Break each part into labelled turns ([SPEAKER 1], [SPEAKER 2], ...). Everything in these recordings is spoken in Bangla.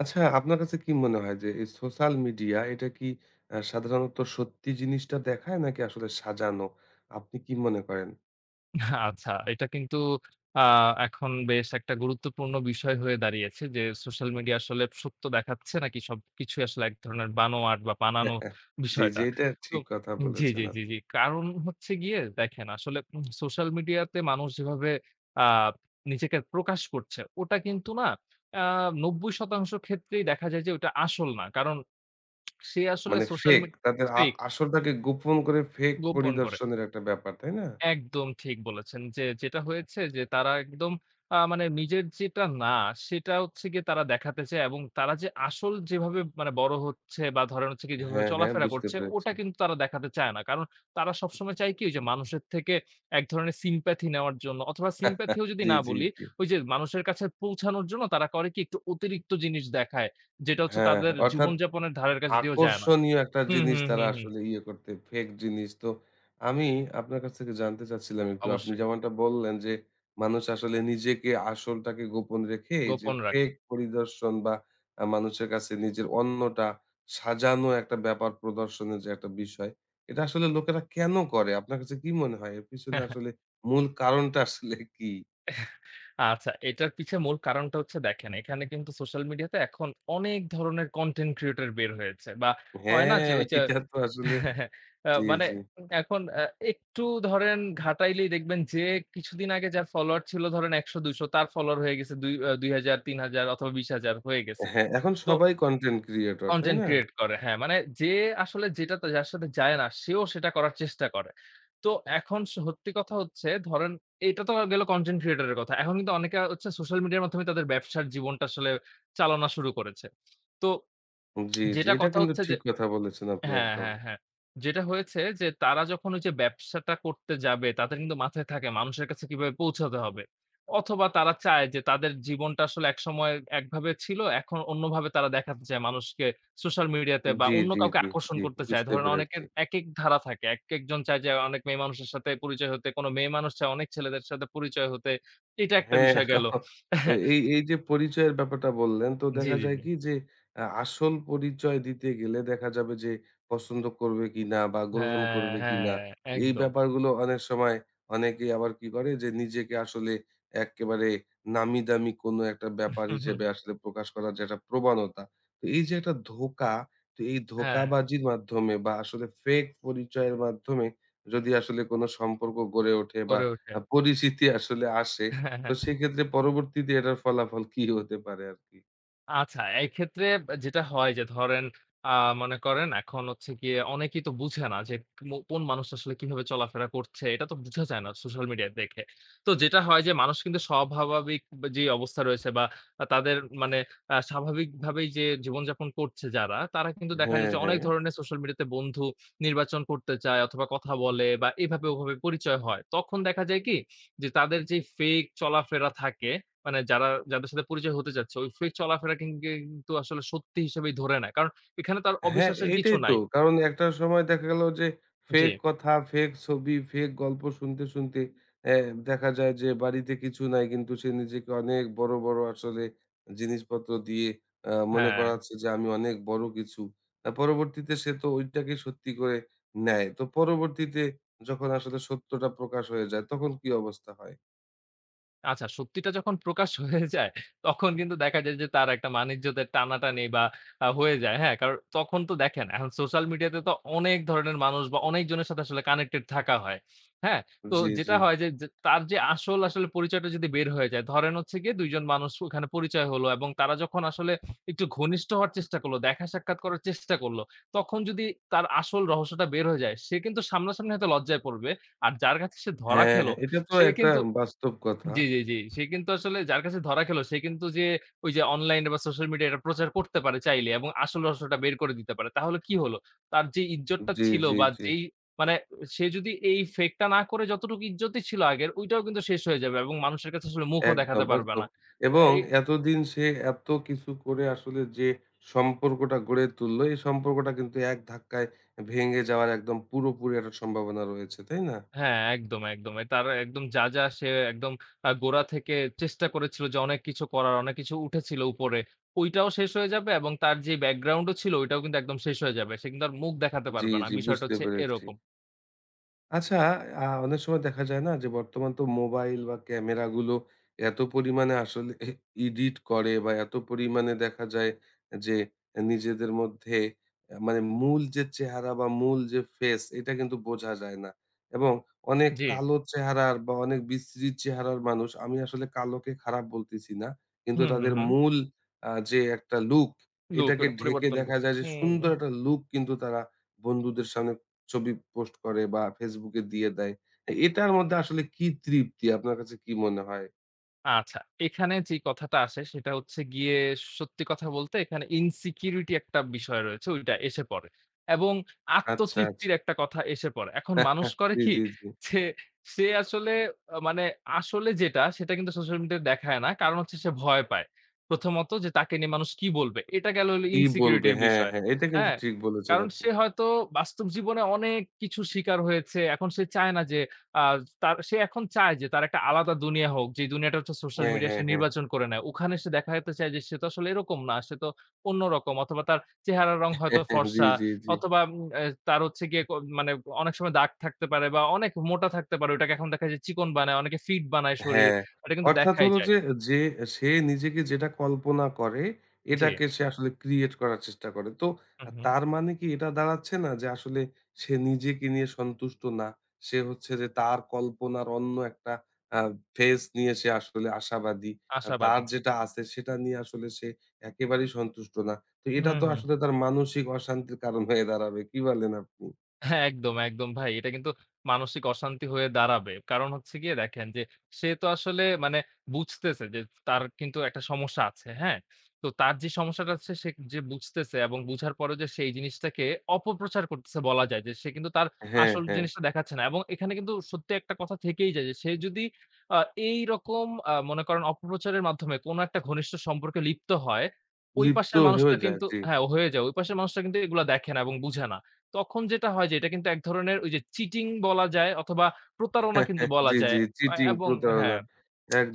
[SPEAKER 1] আচ্ছা আপনার কাছে কি মনে হয় যে এই সোশ্যাল মিডিয়া এটা কি সাধারণত সত্যি জিনিসটা দেখায় নাকি আসলে সাজানো? আপনি কি মনে করেন?
[SPEAKER 2] আচ্ছা, এটা কিন্তু আ এখন বেশ একটা গুরুত্বপূর্ণ বিষয় হয়ে দাঁড়িয়েছে যে, সোশ্যাল মিডিয়া আসলে সত্য দেখাচ্ছে নাকি সবকিছুই আসলে এক ধরনের বানোয়াট বা বানানো
[SPEAKER 1] জি, জি,
[SPEAKER 2] বিষয়টা।
[SPEAKER 1] এটা
[SPEAKER 2] তো
[SPEAKER 1] ঠিক কথা
[SPEAKER 2] জি,
[SPEAKER 1] বলেছেন
[SPEAKER 2] জি, জি,
[SPEAKER 1] আপনি।
[SPEAKER 2] জি। কারণ হচ্ছে গিয়ে দেখেন আসলে সোশ্যাল মিডিয়াতে মানুষ যেভাবে আ নিজেকে প্রকাশ করছে, ওটা কিন্তু না আ ৯০% ক্ষেত্রেই দেখা যায় যে ওটা আসল না। কারণ সে আসলে
[SPEAKER 1] মানে
[SPEAKER 2] সোশ্যাল
[SPEAKER 1] ফেক
[SPEAKER 2] মিড
[SPEAKER 1] তাদের
[SPEAKER 2] ফেক,
[SPEAKER 1] আসলটাকে গোপন করে ফেক
[SPEAKER 2] গোপন করে।
[SPEAKER 1] পরিদর্শনের একটা ব্যাপার, তাই না?
[SPEAKER 2] একদম ঠিক বলেছেন। যে যেটা হয়েছে যে তারা একদম মানে নিজের যেটা না সেটা হচ্ছে গিয়ে তারা দেখাতে চায় এবং তারা যে আসল যেভাবে মানে বড় হচ্ছে বা ধরেন হচ্ছে গিয়ে যেভাবে
[SPEAKER 1] হ্যাঁ, হ্যাঁ,
[SPEAKER 2] চলাফেরা
[SPEAKER 1] বুঝতে
[SPEAKER 2] করছে
[SPEAKER 1] পেরেছি।
[SPEAKER 2] ওটা কিন্তু তারা দেখাতে চায় না। কারণ তারা সবসময় চায় কি যে মানুষের থেকে এক ধরনের sympathy নেওয়ার জন্য অথবা sympathy ও যদি
[SPEAKER 1] জি,
[SPEAKER 2] না
[SPEAKER 1] জি,
[SPEAKER 2] বলি
[SPEAKER 1] জি।
[SPEAKER 2] ওই যে মানুষের কাছে পৌঁছানোর জন্য তারা করে কি একটু অতিরিক্ত জিনিস দেখায়। যেটা হচ্ছে
[SPEAKER 1] হ্যাঁ,
[SPEAKER 2] তাদের
[SPEAKER 1] হ্যাঁ, অর্থাৎ
[SPEAKER 2] জীবনযাপনের ধারের কাছে দিয়েও যায় না।
[SPEAKER 1] আকর্ষণীয় একটা
[SPEAKER 2] হুম,
[SPEAKER 1] জিনিস
[SPEAKER 2] হুম,
[SPEAKER 1] তারা
[SPEAKER 2] হুম, হুম।
[SPEAKER 1] আসলে ইয়ে করতে ফেক জিনিস। তো আমি আপনার কাছ থেকে জানতে চাচ্ছিলাম একটু আপনি
[SPEAKER 2] অবশ্যই।
[SPEAKER 1] যেমনটা বললেন যে, মানুষ আসলে নিজেকে আসলটাকে গোপন রেখে এই যে
[SPEAKER 2] গোপন রাখে।
[SPEAKER 1] ফেক পরিদর্শন বা মানুষের কাছে নিজের অন্যটা সাজানো একটা ব্যাপার প্রদর্শনের যে একটা বিষয়, এটা আসলে লোকেরা কেন করে? আপনার কাছে কি মনে হয়? এর পিছনে আসলে মূল কারণটা আসলে কি?
[SPEAKER 2] আচ্ছা, এটার পিছে মূল কারণটা হচ্ছে দেখেন, এখানে কিন্তু সোশ্যাল মিডিয়াতে এখন অনেক ধরনের কনটেন্ট ক্রিয়েটর বের হয়েছে বা হয় না যে
[SPEAKER 1] হ্যাঁ,
[SPEAKER 2] ওই যে
[SPEAKER 1] এটা তো আসলে জি,
[SPEAKER 2] মানে
[SPEAKER 1] জি।
[SPEAKER 2] এখন একটু ধরেন ঘাটাইলেই দেখবেন যে কিছুদিন আগে যার ফলোয়ার ছিল ধরেন ১০০-২০০ তার ফলোয়ার হয়ে গেছে দুই আ ২০০০, ৩০০০ অথবা ২০,০০০ হয়ে গেছে।
[SPEAKER 1] হ্যাঁ, এখন
[SPEAKER 2] তো
[SPEAKER 1] সবাই কনটেন্ট ক্রিয়েটর, তাই
[SPEAKER 2] কনটেন্ট
[SPEAKER 1] না?
[SPEAKER 2] ক্রিয়েট করে। হ্যাঁ, মানে যে আসলে যেটাতে যার সাথে যায় না সেও সেটা করার চেষ্টা করে। তো এখন সত্যি কথা হচ্ছে ধরেন এটা তো গেল কনটেন্ট ক্রিয়েটর এর কথা। এখন কিন্তু অনেকে হচ্ছে সোশ্যাল মিডিয়ার মাধ্যমে তাদের ব্যবসার জীবনটা আসলে চালনা শুরু করেছে। তো
[SPEAKER 1] জি, জি।
[SPEAKER 2] যেটা
[SPEAKER 1] এটা
[SPEAKER 2] কথা
[SPEAKER 1] কিন্তু
[SPEAKER 2] হচ্ছে যে
[SPEAKER 1] ঠিক কথা বলেছেন আপনি
[SPEAKER 2] হ্যাঁ,
[SPEAKER 1] একদম।
[SPEAKER 2] হ্যাঁ, হ্যাঁ। যেটা হয়েছে যে তারা যখন ওই যে ব্যবসাটা করতে যাবে তাদের কিন্তু মাথায় থাকে মানুষের কাছে কিভাবে পৌঁছাতে হবে। অথবা তারা চায় যে তাদের জীবনটা আসলে একসময় একভাবে ছিল এখন অন্যভাবে তারা দেখাতে চায় মানুষকে সোশ্যাল মিডিয়াতে বা
[SPEAKER 1] জি,
[SPEAKER 2] অন্য
[SPEAKER 1] জি,
[SPEAKER 2] কাউকে
[SPEAKER 1] জি,
[SPEAKER 2] আকর্ষণ
[SPEAKER 1] জি।
[SPEAKER 2] করতে চায়।
[SPEAKER 1] বুঝতে
[SPEAKER 2] ধরেন
[SPEAKER 1] পেরেছি।
[SPEAKER 2] অনেকের একেক ধারা থাকে। একেকজন চায় যে অনেক মেয়ে মানুষের সাথে পরিচয় হতে, কোনো মেয়ে মানুষ চায় অনেক ছেলেদের সাথে পরিচয় হতে। এটা একটা
[SPEAKER 1] হ্যাঁ।
[SPEAKER 2] বিষয় গেল।
[SPEAKER 1] এই এই যে পরিচয়ের ব্যাপারটা বললেন, তো
[SPEAKER 2] জি,
[SPEAKER 1] দেখা
[SPEAKER 2] জি,
[SPEAKER 1] যায়
[SPEAKER 2] জি।
[SPEAKER 1] কি যে আসল পরিচয় দিতে গেলে দেখা যাবে যে পছন্দ করবে কিনা বা গ্রহণ
[SPEAKER 2] হ্যাঁ,
[SPEAKER 1] করবে
[SPEAKER 2] হ্যাঁ,
[SPEAKER 1] কিনা, এই
[SPEAKER 2] একদম।
[SPEAKER 1] ব্যাপারগুলো অনেক সময় অনেকেই আবার কি করে যে নিজেকে আসলে এক্কেবারে নামি-দামি কোনো একটা ব্যাপার হিসেবে আসলে প্রকাশ করার যে একটা প্রবণতা। তো এই যে একটা ধোঁকা, তো এই
[SPEAKER 2] হ্যাঁ,
[SPEAKER 1] ধোঁকাবাজির মাধ্যমে বা আসলে ফেক পরিচয়ের মাধ্যমে যদি আসলে কোনো সম্পর্ক গড়ে ওঠে বা
[SPEAKER 2] করে ওঠে।
[SPEAKER 1] পরিচিতি আসলে আসে
[SPEAKER 2] হ্যাঁ,
[SPEAKER 1] তো
[SPEAKER 2] হ্যাঁ।
[SPEAKER 1] সেক্ষেত্রে পরবর্তীতে এটার ফলাফল কি হতে পারে আরকি?
[SPEAKER 2] আচ্ছা, এক্ষেত্রে যেটা হয় যে ধরেন আ মনে করেন এখন হচ্ছে গিয়ে অনেকেই তো বুঝে না যে কোন মানুষটা আসলে কিভাবে চলাফেরা করছে। এটা তো বুঝা যায় না সোশ্যাল মিডিয়া দেখে। তো যেটা হয় যে মানুষ কিন্তু স্বভাবাবিক যে অবস্থা রয়েছে বা তাদের মানে স্বাভাবিকভাবেই যে জীবনযাপন করছে যারা, তারা কিন্তু দেখা
[SPEAKER 1] হ্যাঁ,
[SPEAKER 2] যায় যে
[SPEAKER 1] হ্যাঁ।
[SPEAKER 2] অনেক ধরনের সোশ্যাল মিডিয়াতে বন্ধু নির্বাচন করতে চায় অথবা কথা বলে বা এভাবে ওভাবে পরিচয় হয়। তখন দেখা যায় কি যে তাদের যে ফেক চলাফেরা থাকে মানে যারা যাদের সাথে পরিচয় হতে যাচ্ছে, ওই ফ্রি চলাফেরা কিন্তু আসলে সত্যি হিসেবেই ধরে নেয়। কারণ এখানে তার
[SPEAKER 1] হ্যাঁ,
[SPEAKER 2] অবিশ্বাসের কিছু
[SPEAKER 1] এইটাই তো।
[SPEAKER 2] নাই।
[SPEAKER 1] কারণ একটা সময় দেখা গেল যে
[SPEAKER 2] জি,
[SPEAKER 1] ফেক কথা, ফেক ছবি, ফেক গল্প শুনতে, শুনতে অ্যা দেখা যায় যে বাড়িতে কিছু নাই কিন্তু সে নিজেকে অনেক বড়, বড় আসলে জিনিসপত্র দিয়ে মনে
[SPEAKER 2] হ্যাঁ।
[SPEAKER 1] করাচ্ছে যে আমি অনেক বড় কিছু। পরবর্তীতে সে তো ঐটাকে সত্যি করে নেয়। তো পরবর্তীতে যখন আসলে সত্যটা প্রকাশ হয়ে যায় তখন কি অবস্থা হয়?
[SPEAKER 2] আচ্ছা, সত্যিটা যখন প্রকাশ হয়ে যায়, তখন কিন্তু দেখা যায় যে তার একটা মান-ইজ্জতের টানাটানি বা আ হয়ে যায়, হ্যাঁ? কারণ তখন তো দেখেন এখন সোশ্যাল মিডিয়াতে তো অনেক ধরনের মানুষ বা অনেকজনের সাথে আসলে কানেক্টেড থাকা হয়, হ্যাঁ? তো
[SPEAKER 1] জি, জি।
[SPEAKER 2] যেটা হয় যে যে তার যে আসল আসলে পরিচয়টা যদি বের হয়ে যায়, ধরেন হচ্ছে গিয়ে ২ জন মানুষ ওখানে পরিচয় হলো এবং তারা যখন আসলে একটু ঘনিষ্ঠ হওয়ার চেষ্টা করলো, দেখা সাক্ষাৎ করার চেষ্টা করলো, তখন যদি তার আসল রহস্যটা বের হয়ে যায়, সে কিন্তু সামনাসামনি হয়তো লজ্জায় পড়বে। আর যার কাছে সে ধরা
[SPEAKER 1] হ্যাঁ,
[SPEAKER 2] খেলো,
[SPEAKER 1] হ্যাঁ, এটা তো
[SPEAKER 2] সে
[SPEAKER 1] একটা
[SPEAKER 2] কিন্তু
[SPEAKER 1] বাস্তব কথা।
[SPEAKER 2] জি, জি, জি। সে কিন্তু আসলে যার কাছে ধরা খেলো সে কিন্তু যে ওই যে অনলাইনে বা সোশ্যাল মিডিয়ায় এটা প্রচার করতে পারে চাইলে এবং আসল রহস্যটা বের করে দিতে পারে। তাহলে কি হলো? তার যে ইজ্জতটা
[SPEAKER 1] জি,
[SPEAKER 2] ছিল
[SPEAKER 1] জি,
[SPEAKER 2] বা
[SPEAKER 1] জি।
[SPEAKER 2] যেই মানে সে যদি এই ফেকটা না করে যতটুকু ইজ্জতই ছিল আগের ওইটাও কিন্তু শেষ হয়ে যাবে এবং মানুষের কাছে আসলে মুখও
[SPEAKER 1] একদম,
[SPEAKER 2] দেখাতে পারবে
[SPEAKER 1] একদম।
[SPEAKER 2] না।
[SPEAKER 1] এবং
[SPEAKER 2] এ
[SPEAKER 1] এতদিন সে এত কিছু করে আসলে যে সম্পর্কটা গড়ে তুললো, এই সম্পর্কটা কিন্তু এক ধাক্কায় ভেঙে যাওয়ার একদম পুরোপুরি একটা সম্ভাবনা রয়েছে, তাই না?
[SPEAKER 2] হ্যাঁ, একদম, একদম। এ তার একদম যা, যা সে একদম গোড়া থেকে চেষ্টা করেছিল যে অনেক কিছু করার, অনেক কিছু উঠেছিল উপরে। ওইটাও শেষ হয়ে যাবে এবং তার যে ব্যাকগ্রাউন্ড ও ছিল ওইটাও কিন্তু একদম শেষ হয়ে যাবে। সে কিন্তু আর মুখ দেখাতে
[SPEAKER 1] জি,
[SPEAKER 2] পারবে না।
[SPEAKER 1] জি
[SPEAKER 2] বিষয়টা
[SPEAKER 1] বুঝতে
[SPEAKER 2] হচ্ছে
[SPEAKER 1] পেরেছি।
[SPEAKER 2] এরকম।
[SPEAKER 1] আচ্ছা, অনেক সময় দেখা যায় না যে বর্তমান তো মোবাইল বা ক্যামেরা গুলো এত পরিমাণে আসলে এডিট করে বা এত পরিমাণে দেখা যায় যে নিজেদের মধ্যে মানে মূল যে চেহারা বা মূল যে ফেস এটা কিন্তু বোঝা যায় না। এবং অনেক
[SPEAKER 2] জি।
[SPEAKER 1] কালো চেহারার বা অনেক বিশ্রী চেহারার মানুষ আমি আসলে কালোকে খারাপ বলতেছি না। কিন্তু
[SPEAKER 2] হুম, হুম,
[SPEAKER 1] তাদের
[SPEAKER 2] হুম।
[SPEAKER 1] মূল যে একটা লুক
[SPEAKER 2] লুক
[SPEAKER 1] এটাকে
[SPEAKER 2] ওটা
[SPEAKER 1] ঢেকে
[SPEAKER 2] পরিবর্তন কর
[SPEAKER 1] দেখা যায় যে
[SPEAKER 2] হুম।
[SPEAKER 1] সুন্দর একটা লুক কিন্তু তারা বন্ধুদের সামনে ছবি পোস্ট করে বা ফেসবুকে দিয়ে দেয়। এটার মধ্যে আসলে কি তৃপ্তি আপনার কাছে কি মনে হয়?
[SPEAKER 2] আচ্ছা, এখানে যে কথাটা আসে সেটা হচ্ছে গিয়ে সত্যি কথা বলতে এখানে ইনসিকিউরিটি একটা বিষয় রয়েছে ওইটা এসে পড়ে। এবং
[SPEAKER 1] আচ্ছা, আচ্ছা।
[SPEAKER 2] আত্মতৃপ্তির একটা কথা এসে পড়ে। এখন মানুষ করে
[SPEAKER 1] জি,
[SPEAKER 2] কি
[SPEAKER 1] জি, জি।
[SPEAKER 2] যে সে আসলে মানে আসলে যেটা সেটা কিন্তু সোশ্যাল মিডিয়ায় দেখায় না। কারণ হচ্ছে সে ভয় পায়। প্রথমত যে তাকে নিয়ে মানুষ কি বলবে? এটা গেল হলো
[SPEAKER 1] কি বলবে?
[SPEAKER 2] ইনসিকিউরিটির
[SPEAKER 1] হ্যাঁ,
[SPEAKER 2] বিষয়।
[SPEAKER 1] হ্যাঁ। এটা কিন্তু
[SPEAKER 2] হ্যাঁ?
[SPEAKER 1] ঠিক বলেছেন
[SPEAKER 2] কারণ
[SPEAKER 1] আপনি।
[SPEAKER 2] সে হয়তো বাস্তব জীবনে অনেক কিছুর শিকার হয়েছে। এখন সে চায় না যে আ তার সে এখন চায় যে তার একটা আলাদা দুনিয়া হোক। যে দুনিয়াটা হচ্ছে সোশ্যাল
[SPEAKER 1] হ্যাঁ,
[SPEAKER 2] মিডিয়া
[SPEAKER 1] হ্যাঁ,
[SPEAKER 2] সে
[SPEAKER 1] হ্যাঁ।
[SPEAKER 2] নির্বাচন করে নেয়। ওখানে সে দেখাতে চায় যে সে তো আসলে এরকম না। সে তো অন্যরকম অথবা তার চেহারার রং হয়তো
[SPEAKER 1] জি,
[SPEAKER 2] ফর্সা
[SPEAKER 1] জি, জি।
[SPEAKER 2] অথবা উম এ তার হচ্ছে গিয়ে মানে অনেক সময় দাগ থাকতে পারে বা অনেক মোটা থাকতে পারে। ওটাকে এখন দেখা যায় চিকন বানায়, অনেকে ফিট বানায় শরীর।
[SPEAKER 1] হ্যাঁ,
[SPEAKER 2] এটা কিন্তু
[SPEAKER 1] অর্থাৎ
[SPEAKER 2] দেখাই
[SPEAKER 1] হলো
[SPEAKER 2] যায়।
[SPEAKER 1] যে, যে সে নিজেকে যেটা কল্পনা করে,
[SPEAKER 2] জি।
[SPEAKER 1] এটাকে সে আসলে ক্রিয়েট করার চেষ্টা করে। তো
[SPEAKER 2] হু, হু।
[SPEAKER 1] তার মানে কি এটা দাঁড়াচ্ছে না যে আসলে সে নিজেকে নিয়ে সন্তুষ্ট না। সে হচ্ছে যে তার কল্পনার অন্য একটা আ ফেজ নিয়ে সে আসলে আশাবাদী। তার
[SPEAKER 2] আশাবাদী।
[SPEAKER 1] যেটা আছে সেটা নিয়ে আসলে সে একেবারেই সন্তুষ্ট না। তো
[SPEAKER 2] হু,
[SPEAKER 1] এটা তো
[SPEAKER 2] হু।
[SPEAKER 1] আসলে তার মানসিক অশান্তির কারণ হয়ে দাঁড়াবে। কি বলেন আপনি?
[SPEAKER 2] হ্যাঁ, একদম, একদম ভাই। এটা কিন্তু মানসিক অশান্তি হয়ে দাঁড়াবে। কারণ হচ্ছে গিয়ে দেখেন যে, সে তো আসলে মানে বুঝতেছে যে, তার কিন্তু একটা সমস্যা আছে। হ্যাঁ? তো তার যে সমস্যাটা আছে সে যে বুঝতেছে এবং বুঝার পরেও যে সে এই জিনিসটাকে অপপ্রচার করতেছে বলা যায় যে, সে কিন্তু তার
[SPEAKER 1] হ্যাঁ,
[SPEAKER 2] আসল
[SPEAKER 1] হ্যাঁ।
[SPEAKER 2] জিনিসটা দেখাচ্ছে না। এবং এখানে কিন্তু সত্যি একটা কথা থেকেই যায় যে, সে যদি আ এইরকম মনে করেন অপপ্রচারের মাধ্যমে কোনো একটা ঘনিষ্ঠ সম্পর্কে লিপ্ত হয়, ওই
[SPEAKER 1] লিপ্ত
[SPEAKER 2] পাশের
[SPEAKER 1] হয়েও
[SPEAKER 2] মানুষটা
[SPEAKER 1] যায়।
[SPEAKER 2] কিন্তু
[SPEAKER 1] জি।
[SPEAKER 2] হ্যাঁ, হয়ে যায়। ওই পাশের মানুষটা কিন্তু এগুলা দেখে না এবং বুঝে না। তখন যেটা হয় যে এটা কিন্তু এক ধরনের ওই যে চিটিং বলা যায় অথবা প্রতারণা কিন্তু বলা
[SPEAKER 1] জি, জি।
[SPEAKER 2] যায়।
[SPEAKER 1] চিটিং,
[SPEAKER 2] এবং
[SPEAKER 1] প্রতারণা।
[SPEAKER 2] হ্যাঁ,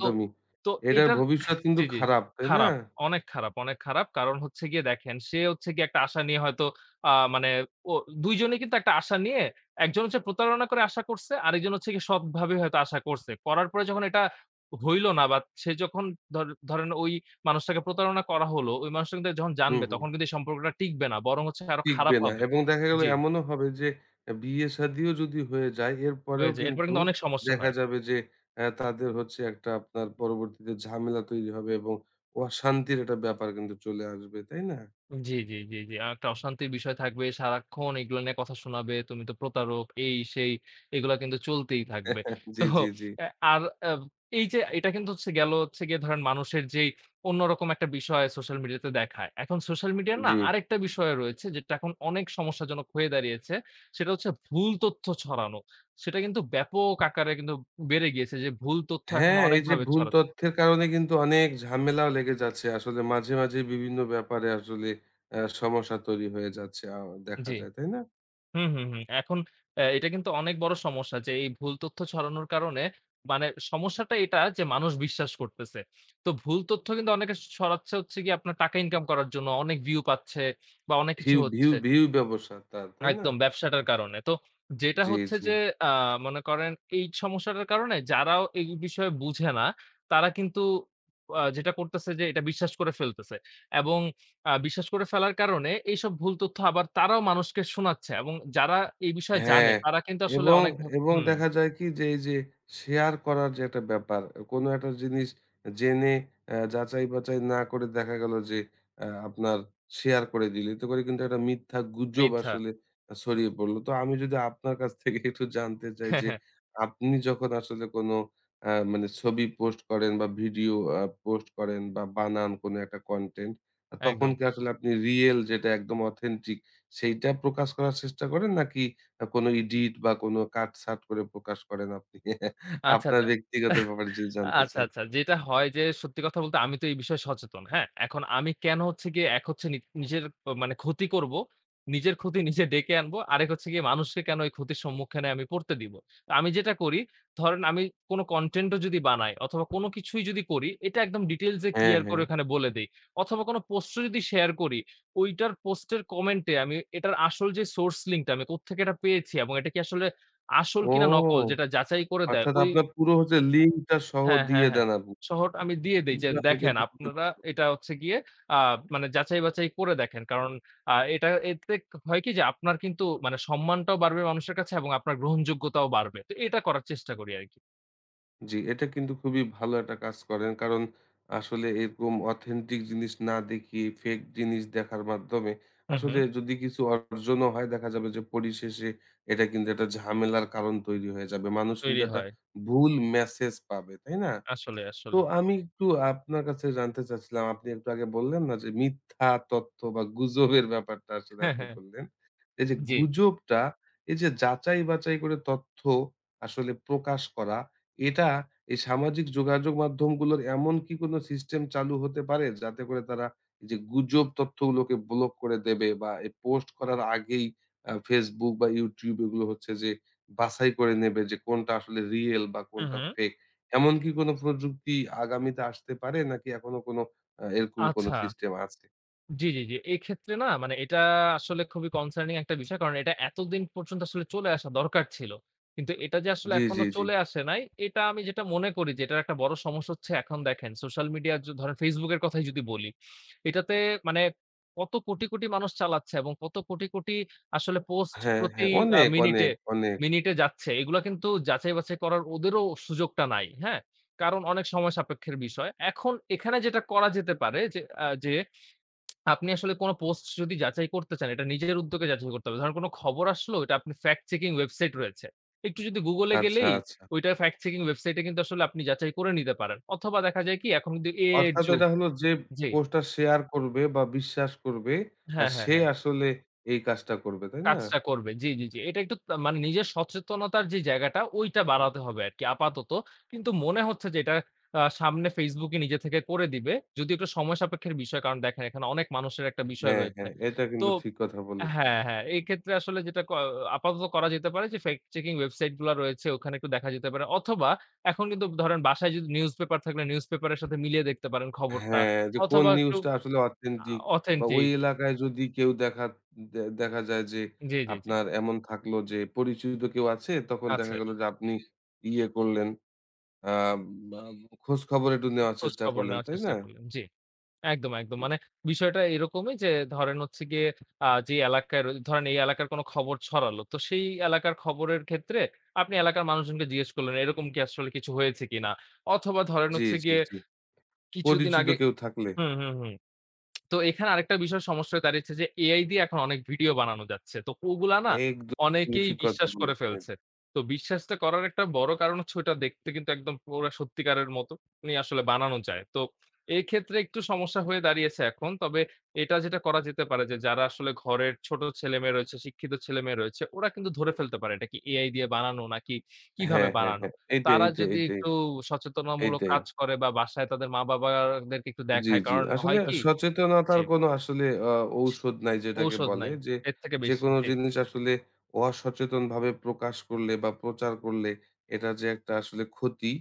[SPEAKER 2] তো তো
[SPEAKER 1] এটার
[SPEAKER 2] এটার
[SPEAKER 1] ভবিষ্যৎ কিন্তু
[SPEAKER 2] জি, জি, জি।
[SPEAKER 1] খারাপ, তাই না?
[SPEAKER 2] খারাপ। অনেক খারাপ, অনেক খারাপ। কারণ হচ্ছে গিয়ে দেখেন সে হচ্ছে গিয়ে একটা আশা নিয়ে হয়তো মানে ও ২ জনেই কিন্তু একটা আশা নিয়ে একজন হচ্ছে প্রতারণা করে আশা করছে, আরেকজন হচ্ছে গিয়ে সৎভাবে হয়তো আশা করছে। করার পরে যখন এটা হইল না বা সে যখন ধরেন ওই মানুষটাকে প্রতারণা করা হলো, ওই মানুষটা কিন্তু যখন
[SPEAKER 1] হুম,
[SPEAKER 2] জানবে
[SPEAKER 1] হুম।
[SPEAKER 2] তখন কিন্তু এই সম্পর্কটা টিকবে না। বরং হচ্ছে আরো
[SPEAKER 1] টিকবে
[SPEAKER 2] খারাপ
[SPEAKER 1] না
[SPEAKER 2] হবে।
[SPEAKER 1] এবং দেখা গেল
[SPEAKER 2] জি।
[SPEAKER 1] এমনও হবে যে বিয়ে-শাদিও যদি হয়ে যায়, এরপরেও
[SPEAKER 2] হয়ে যায়। এরপরে
[SPEAKER 1] কিন্তু
[SPEAKER 2] কিন্তু অনেক সমস্যা
[SPEAKER 1] দেখা
[SPEAKER 2] হয়।
[SPEAKER 1] যাবে যে তাদের হচ্ছে একটা আপনার পরবর্তীতে ঝামেলা তৈরি হবে এবং অশান্তির একটা ব্যাপার কিন্তু চলে আসবে, তাই না?
[SPEAKER 2] জি, জি, জি, জি। আর একটা অশান্তির বিষয় থাকবে। সারাক্ষণ এগুলো নিয়ে কথা শোনাবে। তুমি তো প্রতারক, এই সেই এগুলা কিন্তু চলতেই থাকবে।
[SPEAKER 1] জি,
[SPEAKER 2] তো
[SPEAKER 1] জি, জি।
[SPEAKER 2] অ্যা আর অ্যা এই যে এটা কিন্তু হচ্ছে গিয়ে ধরেন মানুষের যেই অন্যরকম একটা বিষয় সোশ্যাল মিডিয়াতে দেখায়। এখন সোশ্যাল মিডিয়ার না
[SPEAKER 1] জি।
[SPEAKER 2] আরেকটা বিষয় রয়েছে যেটা এখন অনেক সমস্যাজনক হয়ে দাঁড়িয়েছে। সেটা হচ্ছে ভুল তথ্য ছড়ানো। সেটা কিন্তু ব্যাপক আকারে কিন্তু বেড়ে গিয়েছে যে ভুল তথ্য এখন
[SPEAKER 1] হ্যাঁ, এই যে
[SPEAKER 2] অনেকভাবে
[SPEAKER 1] ভুল
[SPEAKER 2] ছড়াচ্ছে।
[SPEAKER 1] তথ্যের কারণে কিন্তু অনেক ঝামেলাও লেগে যাচ্ছে। আসলে মাঝে, মাঝে বিভিন্ন ব্যাপারে আসলে সমস্যা তৈরি হয়ে যাচ্ছে। দেখা
[SPEAKER 2] জি।
[SPEAKER 1] যায়, তাই না?
[SPEAKER 2] হুম, হুম, হুম। এখন এটা কিন্তু অনেক বড় সমস্যা যে এই ভুল তথ্য ছড়ানোর কারণে মানে সমস্যাটা এটা যে মানুষ বিশ্বাস করতেছে। তো ভুল তথ্য কিন্তু অনেকে ছড়াচ্ছে হচ্ছে গিয়ে আপনার টাকা ইনকাম করার জন্য। অনেক ভিউ পাচ্ছে বা অনেক কিছু
[SPEAKER 1] ভিউ ভিউ
[SPEAKER 2] হচ্ছে।
[SPEAKER 1] ভিউ ব্যবসা তার, তাই না?
[SPEAKER 2] একদম ব্যবসাটার কারণে। তো যেটা
[SPEAKER 1] জি,
[SPEAKER 2] হচ্ছে
[SPEAKER 1] জি।
[SPEAKER 2] যে আ মনে করেন এই সমস্যাটার কারণে যারাও এই বিষয়ে বুঝে না, তারা কিন্তু যেটা করতেছে যে এটা বিশ্বাস করে ফেলতেছে। এবং বিশ্বাস করে ফেলার কারণে এইসব ভুল তথ্য আবার তারাও মানুষকে শোনাচ্ছে এবং যারা এই বিষয়ে জানে
[SPEAKER 1] হ্যাঁ,
[SPEAKER 2] তারা কিন্তু আসলে
[SPEAKER 1] এবং
[SPEAKER 2] অনেক
[SPEAKER 1] এবং
[SPEAKER 2] হুম,
[SPEAKER 1] দেখা যায় কি যে এই যে শেয়ার করার যে একটা ব্যাপার, কোনো একটা জিনিস জেনে যাচাই-বাচাই না করে দেখা গেল যে আপনার শেয়ার করে দিল। এতে করে কিন্তু একটা মিথ্যা গুজব
[SPEAKER 2] মিথ্যা।
[SPEAKER 1] আসলে ছড়িয়ে পড়ল। তো আমি যদি আপনার কাছ থেকে একটু জানতে চাই
[SPEAKER 2] হ্যাঁ,
[SPEAKER 1] যে
[SPEAKER 2] হ্যাঁ,
[SPEAKER 1] আপনি যখন আসলে কোনো মানে ছবি পোস্ট করেন বা ভিডিও পোস্ট করেন বা বানান কোনো একটা কনটেন্ট, তখন
[SPEAKER 2] একদম।
[SPEAKER 1] কি আসলে আপনি রিয়েল যেটা একদম অথেন্টিক সেইটা প্রকাশ করার চেষ্টা করেন নাকি কোনো ইডিট বা কোনো কাটছাঁট করে প্রকাশ করেন আপনি।
[SPEAKER 2] আচ্ছা,
[SPEAKER 1] আপনার
[SPEAKER 2] আচ্ছা।
[SPEAKER 1] ব্যক্তিগত ব্যাপারে যদি জানতে
[SPEAKER 2] আচ্ছা,
[SPEAKER 1] চাই।
[SPEAKER 2] আচ্ছা। যেটা হয় যে সত্যি কথা বলতে আমি তো এই বিষয়ে সচেতন। হ্যাঁ? এখন আমি কেন হচ্ছে গিয়ে এক হচ্ছে নিজের মানে ক্ষতি করব, নিজের ক্ষতি নিজে ডেকে আনবো। আরেক হচ্ছে গিয়ে মানুষকে কেন এই ক্ষতির সম্মুখীনে আমি পড়তে দিব। তো আমি যেটা করি ধরেন আমি কোনো কনটেন্ট ও যদি বানাই অথবা কোনো কিছুই যদি করি এটা একদম ডিটেইলস এ
[SPEAKER 1] হ্যাঁ,
[SPEAKER 2] ক্লিয়ার করে
[SPEAKER 1] হ্যাঁ।
[SPEAKER 2] ওখানে বলে দেই। অথবা কোনো পোস্ট ও যদি শেয়ার করি ঐটার পোস্টের কমেন্টে আমি এটার আসল যে সোর্স লিংক টা আমি কোত্থেকে এটা পেয়েছি এবং এটা কি আসলে আসল
[SPEAKER 1] ও!
[SPEAKER 2] কিনা নকল যেটা যাচাই করে দেয়
[SPEAKER 1] অর্থাৎ
[SPEAKER 2] ওই
[SPEAKER 1] আপনার পুরো হচ্ছে লিঙ্কটা সহ
[SPEAKER 2] হ্যাঁ, হ্যাঁ,
[SPEAKER 1] দিয়ে
[SPEAKER 2] হ্যাঁ।
[SPEAKER 1] দেন আপনি।
[SPEAKER 2] শহর আমি দিয়ে দেই যে,
[SPEAKER 1] বাহ! এটা
[SPEAKER 2] "দেখেন
[SPEAKER 1] তো খুবই
[SPEAKER 2] আপনারা
[SPEAKER 1] ভালো।
[SPEAKER 2] এটা হচ্ছে গিয়ে আ মানে যাচাই-বাছাই করে দেখেন।" কারণ এটা এতে হয় কি যে, আপনার কিন্তু মানে সম্মানটাও বাড়বে মানুষের কাছে এবং আপনার গ্রহণযোগ্যতাও বাড়বে। তো এটা করার চেষ্টা করি আরকি।
[SPEAKER 1] জি, এটা কিন্তু খুবই ভালো একটা কাজ করেন। কারণ আসলে এরকম অথেন্টিক জিনিস না দেখিয়ে ফেক জিনিস দেখার মাধ্যমে
[SPEAKER 2] হুম,
[SPEAKER 1] আসলে
[SPEAKER 2] হুম।
[SPEAKER 1] যদি কিছু অর্জনও হয় দেখা যাবে যে পরিশেষে এটা কিন্তু একটা ঝামেলার কারণ তৈরি হয়ে যাবে। মানুষ কিন্তু
[SPEAKER 2] তৈরি
[SPEAKER 1] একটা
[SPEAKER 2] হয়।
[SPEAKER 1] ভুল মেসেজ পাবে, তাই না?
[SPEAKER 2] আসলে,
[SPEAKER 1] তো
[SPEAKER 2] আসলেই।
[SPEAKER 1] আমি একটু আপনার কাছে জানতে চাচ্ছিলাম, আপনি একটু আগে বললেন না যে মিথ্যা তথ্য বা গুজবের ব্যাপারটা আসলে
[SPEAKER 2] হ্যাঁ,
[SPEAKER 1] আপনি
[SPEAKER 2] হ্যাঁ।
[SPEAKER 1] বললেন। এই যে
[SPEAKER 2] জি।
[SPEAKER 1] গুজবটা, এই যে যাচাই বাচাই করে তথ্য আসলে প্রকাশ করা, এটা এই সামাজিক যোগাযোগ মাধ্যমগুলোর এমন কি কোনো সিস্টেম চালু হতে পারে? যাতে করে তারা এই যে গুজব তথ্যগুলোকে ব্লক করে দেবে বা এই পোস্ট করার আগেই Facebook বা YouTube এগুলো হচ্ছে যে বাছাই করে নেবে যে কোনটা আসলে রিয়েল বা
[SPEAKER 2] হুম,
[SPEAKER 1] কোনটা
[SPEAKER 2] হুম।
[SPEAKER 1] ফেক। এমন কি কোনো প্রযুক্তি আগামীতে আসতে পারে নাকি এখনো কোনো এরকম কোনো
[SPEAKER 2] আচ্ছা।
[SPEAKER 1] সিস্টেম আছে?
[SPEAKER 2] জি, জি, জি। এক্ষেত্রে না মানে এটা আসলে খুবই কনসার্নিং একটা বিষয়। কারণ এটা এতদিন পর্যন্ত আসলে চলে আসা দরকার ছিল। কিন্তু এটা যে আসলে
[SPEAKER 1] জি, জি,
[SPEAKER 2] এখনো
[SPEAKER 1] জি।
[SPEAKER 2] চলে আসে নাই, এটা আমি যেটা মনে করি যে এটার একটা বড় সমস্যা হচ্ছে এখন দেখেন সোশ্যাল মিডিয়া ধরেন Facebook এর কথাই যদি বলি। এটাতে মানে কত কোটি, কোটি মানুষ চালাচ্ছে এবং কত কোটি, কোটি আসলে পোস্ট
[SPEAKER 1] হ্যাঁ, হ্যাঁ।
[SPEAKER 2] প্রতি
[SPEAKER 1] অনেক, অনেক,
[SPEAKER 2] মিনিটে,
[SPEAKER 1] অনেক।
[SPEAKER 2] মিনিটে যাচ্ছে। এগুলা কিন্তু যাচাই-বাছাই করার ওদেরও সুযোগটা নাই। হ্যাঁ? কারণ অনেক সময় সাপেক্ষের বিষয়। এখন এখানে যেটা করা যেতে পারে যে আপনি আসলে কোন পোস্ট যদি যাচাই করতে চান, এটা নিজের উদ্যোগে যাচাই করতে হবে। ধরেন কোন খবর আসলো, এটা আপনি ফ্যাক্ট চেকিং ওয়েবসাইট রয়েছে। একটু যদি গুগলে
[SPEAKER 1] আচ্ছা,
[SPEAKER 2] গেলেই
[SPEAKER 1] আচ্ছা।
[SPEAKER 2] ওইটা ফ্যাক্ট চেকিং ওয়েবসাইটে কিন্তু আসলে আপনি যাচাই করে নিতে পারেন। অথবা দেখা যায় কি এখন কিন্তু এআই এর
[SPEAKER 1] অর্থাৎ
[SPEAKER 2] যুগ।
[SPEAKER 1] এটা হলো যে
[SPEAKER 2] জি।
[SPEAKER 1] পোস্টটা শেয়ার করবে বা বিশ্বাস করবে
[SPEAKER 2] হ্যাঁ, হ্যাঁ,
[SPEAKER 1] সে
[SPEAKER 2] হ্যাঁ।
[SPEAKER 1] আসলে এই কাজটা করবে, তাই না?
[SPEAKER 2] কাজটা করবে। জি, জি, জি। এটা একটু মানে নিজের সচেতনতার যে জায়গাটা ওইটা বাড়াতে হবে আরকি আপাতত। কিন্তু মনে হচ্ছে যে এটা সামনে Facebook ই নিজে থেকে করে দিবে। যদিও একটু সময় সাপেক্ষের বিষয়। কারণ দেখেন এখানে অনেক মানুষের একটা বিষয়
[SPEAKER 1] হ্যাঁ,
[SPEAKER 2] রয়েছে।
[SPEAKER 1] হ্যাঁ, এটা
[SPEAKER 2] তো
[SPEAKER 1] কিন্তু ঠিক কথা বলেছেন।
[SPEAKER 2] হ্যাঁ, হ্যাঁ। এক্ষেত্রে আসলে যেটা ক আপাতত করা যেতে পারে যে ফ্যাক্ট চেকিং ওয়েবসাইট গুলা রয়েছে ওখানে একটু দেখা যেতে পারে। অথবা এখন কিন্তু ধরেন বাসায় যদি নিউজপেপার থাকলে নিউজপেপারের সাথে মিলিয়ে দেখতে পারেন খবরটা।
[SPEAKER 1] হ্যাঁ, যে কোন
[SPEAKER 2] অথবা একটু
[SPEAKER 1] নিউজটা আসলে
[SPEAKER 2] আ
[SPEAKER 1] অথেন্টিক বা ওই
[SPEAKER 2] অথেন্টিক
[SPEAKER 1] এলাকায় যদি কেউ দেখা দেখা যায় যে
[SPEAKER 2] জি, জি, জি।
[SPEAKER 1] আপনার এমন থাকলো যে পরিচিত কেউ আছে তখন দেখা
[SPEAKER 2] আছে।
[SPEAKER 1] গেল যে আপনি ইয়ে করলেন আ বা খোঁজ খবর একটু নেওয়ার
[SPEAKER 2] খোঁজ
[SPEAKER 1] চেষ্টা
[SPEAKER 2] খবর
[SPEAKER 1] করলেন,
[SPEAKER 2] নেওয়ার
[SPEAKER 1] তাই
[SPEAKER 2] চেষ্টা
[SPEAKER 1] না?
[SPEAKER 2] করলেন। জি। একদম, একদম।
[SPEAKER 1] জি,
[SPEAKER 2] মানে বিষয়টা এরকমই যে ধরেন হচ্ছে গিয়ে আ যে এলাকায় র ধরেন এই এলাকার কোনো খবর ছড়ালো। তো সেই এলাকার খবরের ক্ষেত্রে আপনি এলাকার মানুষজনকে জিজ্ঞেস করলেন এরকম কি আসলে কিছু হয়েছে কিনা? অথবা ধরেন
[SPEAKER 1] জি,
[SPEAKER 2] হচ্ছে
[SPEAKER 1] জি,
[SPEAKER 2] গিয়ে
[SPEAKER 1] জি।
[SPEAKER 2] কিছুদিন
[SPEAKER 1] পরিচিত
[SPEAKER 2] আগে
[SPEAKER 1] কেউ থাকলে।
[SPEAKER 2] হুম, হুম, হুম। তো এখানে আরেকটা বিষয় সমস্যা হয়ে দাঁড়িয়েছে যে এআই দিয়ে এখন অনেক ভিডিও বানানো যাচ্ছে। তো ওগুলা না
[SPEAKER 1] একদম তুমি
[SPEAKER 2] অনেকেই
[SPEAKER 1] ঠিক কথা
[SPEAKER 2] বিশ্বাস করে
[SPEAKER 1] বলেছেন।
[SPEAKER 2] ফেলছে।
[SPEAKER 1] এটা।
[SPEAKER 2] তো বিশ্বাসটা করার একটা বড় কারণ হচ্ছে ওটা দেখতে কিন্তু একদম পুরা সত্যিকারের মতনই আসলে বানানো যায়। তো এক্ষেত্রে একটু সমস্যা হয়ে দাঁড়িয়েছে এখন। তবে এটা যেটা করা যেতে পারে যে যারা আসলে ঘরের ছোট ছেলেমেয়ে রয়েছে, শিক্ষিত ছেলেমেয়ে রয়েছে ওরা কিন্তু ধরে ফেলতে পারে এটা কি এআই দিয়ে বানানো নাকি কিভাবে
[SPEAKER 1] হ্যাঁ, হ্যাঁ,
[SPEAKER 2] বানানো।
[SPEAKER 1] হ্যাঁ। এইটাই,
[SPEAKER 2] তারা
[SPEAKER 1] এইটাই,
[SPEAKER 2] যদি
[SPEAKER 1] এইটাই,
[SPEAKER 2] একটু সচেতনামূলক
[SPEAKER 1] এইটাই।
[SPEAKER 2] কাজ করে বা বাসায় তাদের মা-বাবাদেরকে একটু
[SPEAKER 1] জি,
[SPEAKER 2] দেখায়।
[SPEAKER 1] জি।
[SPEAKER 2] কারণ
[SPEAKER 1] আসলে
[SPEAKER 2] হয় কি? জি।
[SPEAKER 1] সচেতনতার কোনো আসলে ঔষধ নাই যেটাকে
[SPEAKER 2] ঔষধ
[SPEAKER 1] বলে
[SPEAKER 2] নাই।
[SPEAKER 1] যে,
[SPEAKER 2] এর থেকে বেশি।
[SPEAKER 1] যেকোনো
[SPEAKER 2] জি,
[SPEAKER 1] জিনিস আসলে অসচেতনভাবে প্রকাশ করলে বা প্রচার করলে এটা যে একটা আসলে ক্ষতি,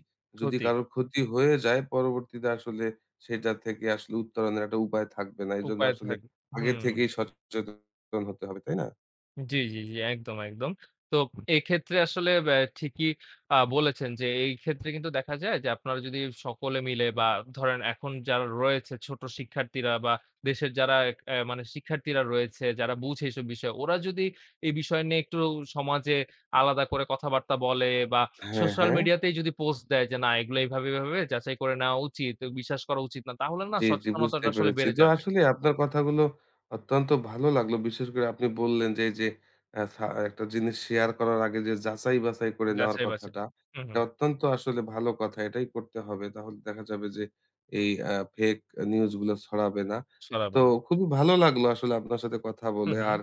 [SPEAKER 1] যদি
[SPEAKER 2] ক্ষতি।
[SPEAKER 1] কারো ক্ষতি হয়ে যায় পরবর্তীতে আসলে সেটা থেকে আসলে উত্তরণের একটা উপায় থাকবে না। এজন্য
[SPEAKER 2] উপায়
[SPEAKER 1] আসলে
[SPEAKER 2] থাক
[SPEAKER 1] আগে
[SPEAKER 2] হুম।
[SPEAKER 1] থেকেই সচেতন হতে হবে, তাই না?
[SPEAKER 2] জি, জি, জি। একদম, একদম। তো এক্ষেত্রে আসলে ঠিকই বলেছেন যে, এই ক্ষেত্রে কিন্তু দেখা যায় যে, আপনারা যদি সকলে মিলে বা ধরেন এখন যারা রয়েছে ছোট শিক্ষার্থীরা বা দেশের যারা এক অ্যা মানে শিক্ষার্থীরা রয়েছে, যারা বুঝে এসব বিষয়, ওরা যদি এই বিষয় নিয়ে একটু সমাজে আলাদা করে কথাবার্তা বলে বা
[SPEAKER 1] হ্যাঁ,
[SPEAKER 2] সোশ্যাল
[SPEAKER 1] হ্যাঁ।
[SPEAKER 2] মিডিয়াতেই যদি পোস্ট দেয় যে, না এগুলো এইভাবে, এভাবে যাচাই করে নেওয়া উচিত, বিশ্বাস করা উচিত না। তাহলে না
[SPEAKER 1] জি, জি, বুঝতে
[SPEAKER 2] সচেতনতাটা আসলে
[SPEAKER 1] পেরেছি।
[SPEAKER 2] বেড়ে
[SPEAKER 1] তো
[SPEAKER 2] যাবে।
[SPEAKER 1] আসলে আপনার কথাগুলো অত্যন্ত ভালো লাগলো। বিশেষ করে আপনি বললেন যে, এই যে আ সা একটা জিনিস শেয়ার করার আগে যে যাচাই-বাছাই করে নেওয়ার
[SPEAKER 2] যাচাই বাছাই।
[SPEAKER 1] কথাটা,
[SPEAKER 2] হুম,
[SPEAKER 1] এটা
[SPEAKER 2] হুম।
[SPEAKER 1] অত্যন্ত আসলে ভালো কথা। এটাই করতে হবে। তাহলে দেখা যাবে যে এই ফেক নিউজ গুলো ছড়াবে না।
[SPEAKER 2] জি।
[SPEAKER 1] তো
[SPEAKER 2] ছড়াবে না।
[SPEAKER 1] খুবই ভালো লাগলো আসলে আপনার সাথে কথা
[SPEAKER 2] হুম,
[SPEAKER 1] বলে।
[SPEAKER 2] হুম।
[SPEAKER 1] আর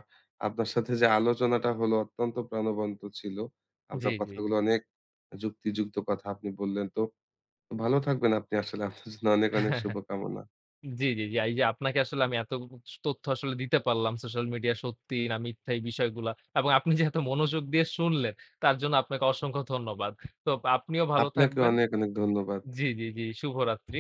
[SPEAKER 1] আপনার সাথে যে আলোচনাটা হলো অত্যন্ত প্রাণবন্ত ছিল। আপনার
[SPEAKER 2] জি, জি।
[SPEAKER 1] কথাগুলো অনেক যুক্তিযুক্ত কথা আপনি বললেন। তো ভালো থাকবেন আপনি আসলে। আপনার জন্য অনেক, অনেক শুভকামনা।
[SPEAKER 2] জি, জি, জি। এই যে আপনাকে আসলে আমি এত তথ্য আসলে দিতে পারলাম সোশ্যাল মিডিয়া সত্যি না মিথ্যা এই বিষয়গুলা। এবং আপনি যে এত মনোযোগ দিয়ে শুনলেন তার জন্য আপনাকে অসংখ্য ধন্যবাদ। তো আপনিও ভালো
[SPEAKER 1] আপনাকে
[SPEAKER 2] থাকবেন।
[SPEAKER 1] অনেক, অনেক ধন্যবাদ।
[SPEAKER 2] জি, জি, জি। শুভরাত্রি।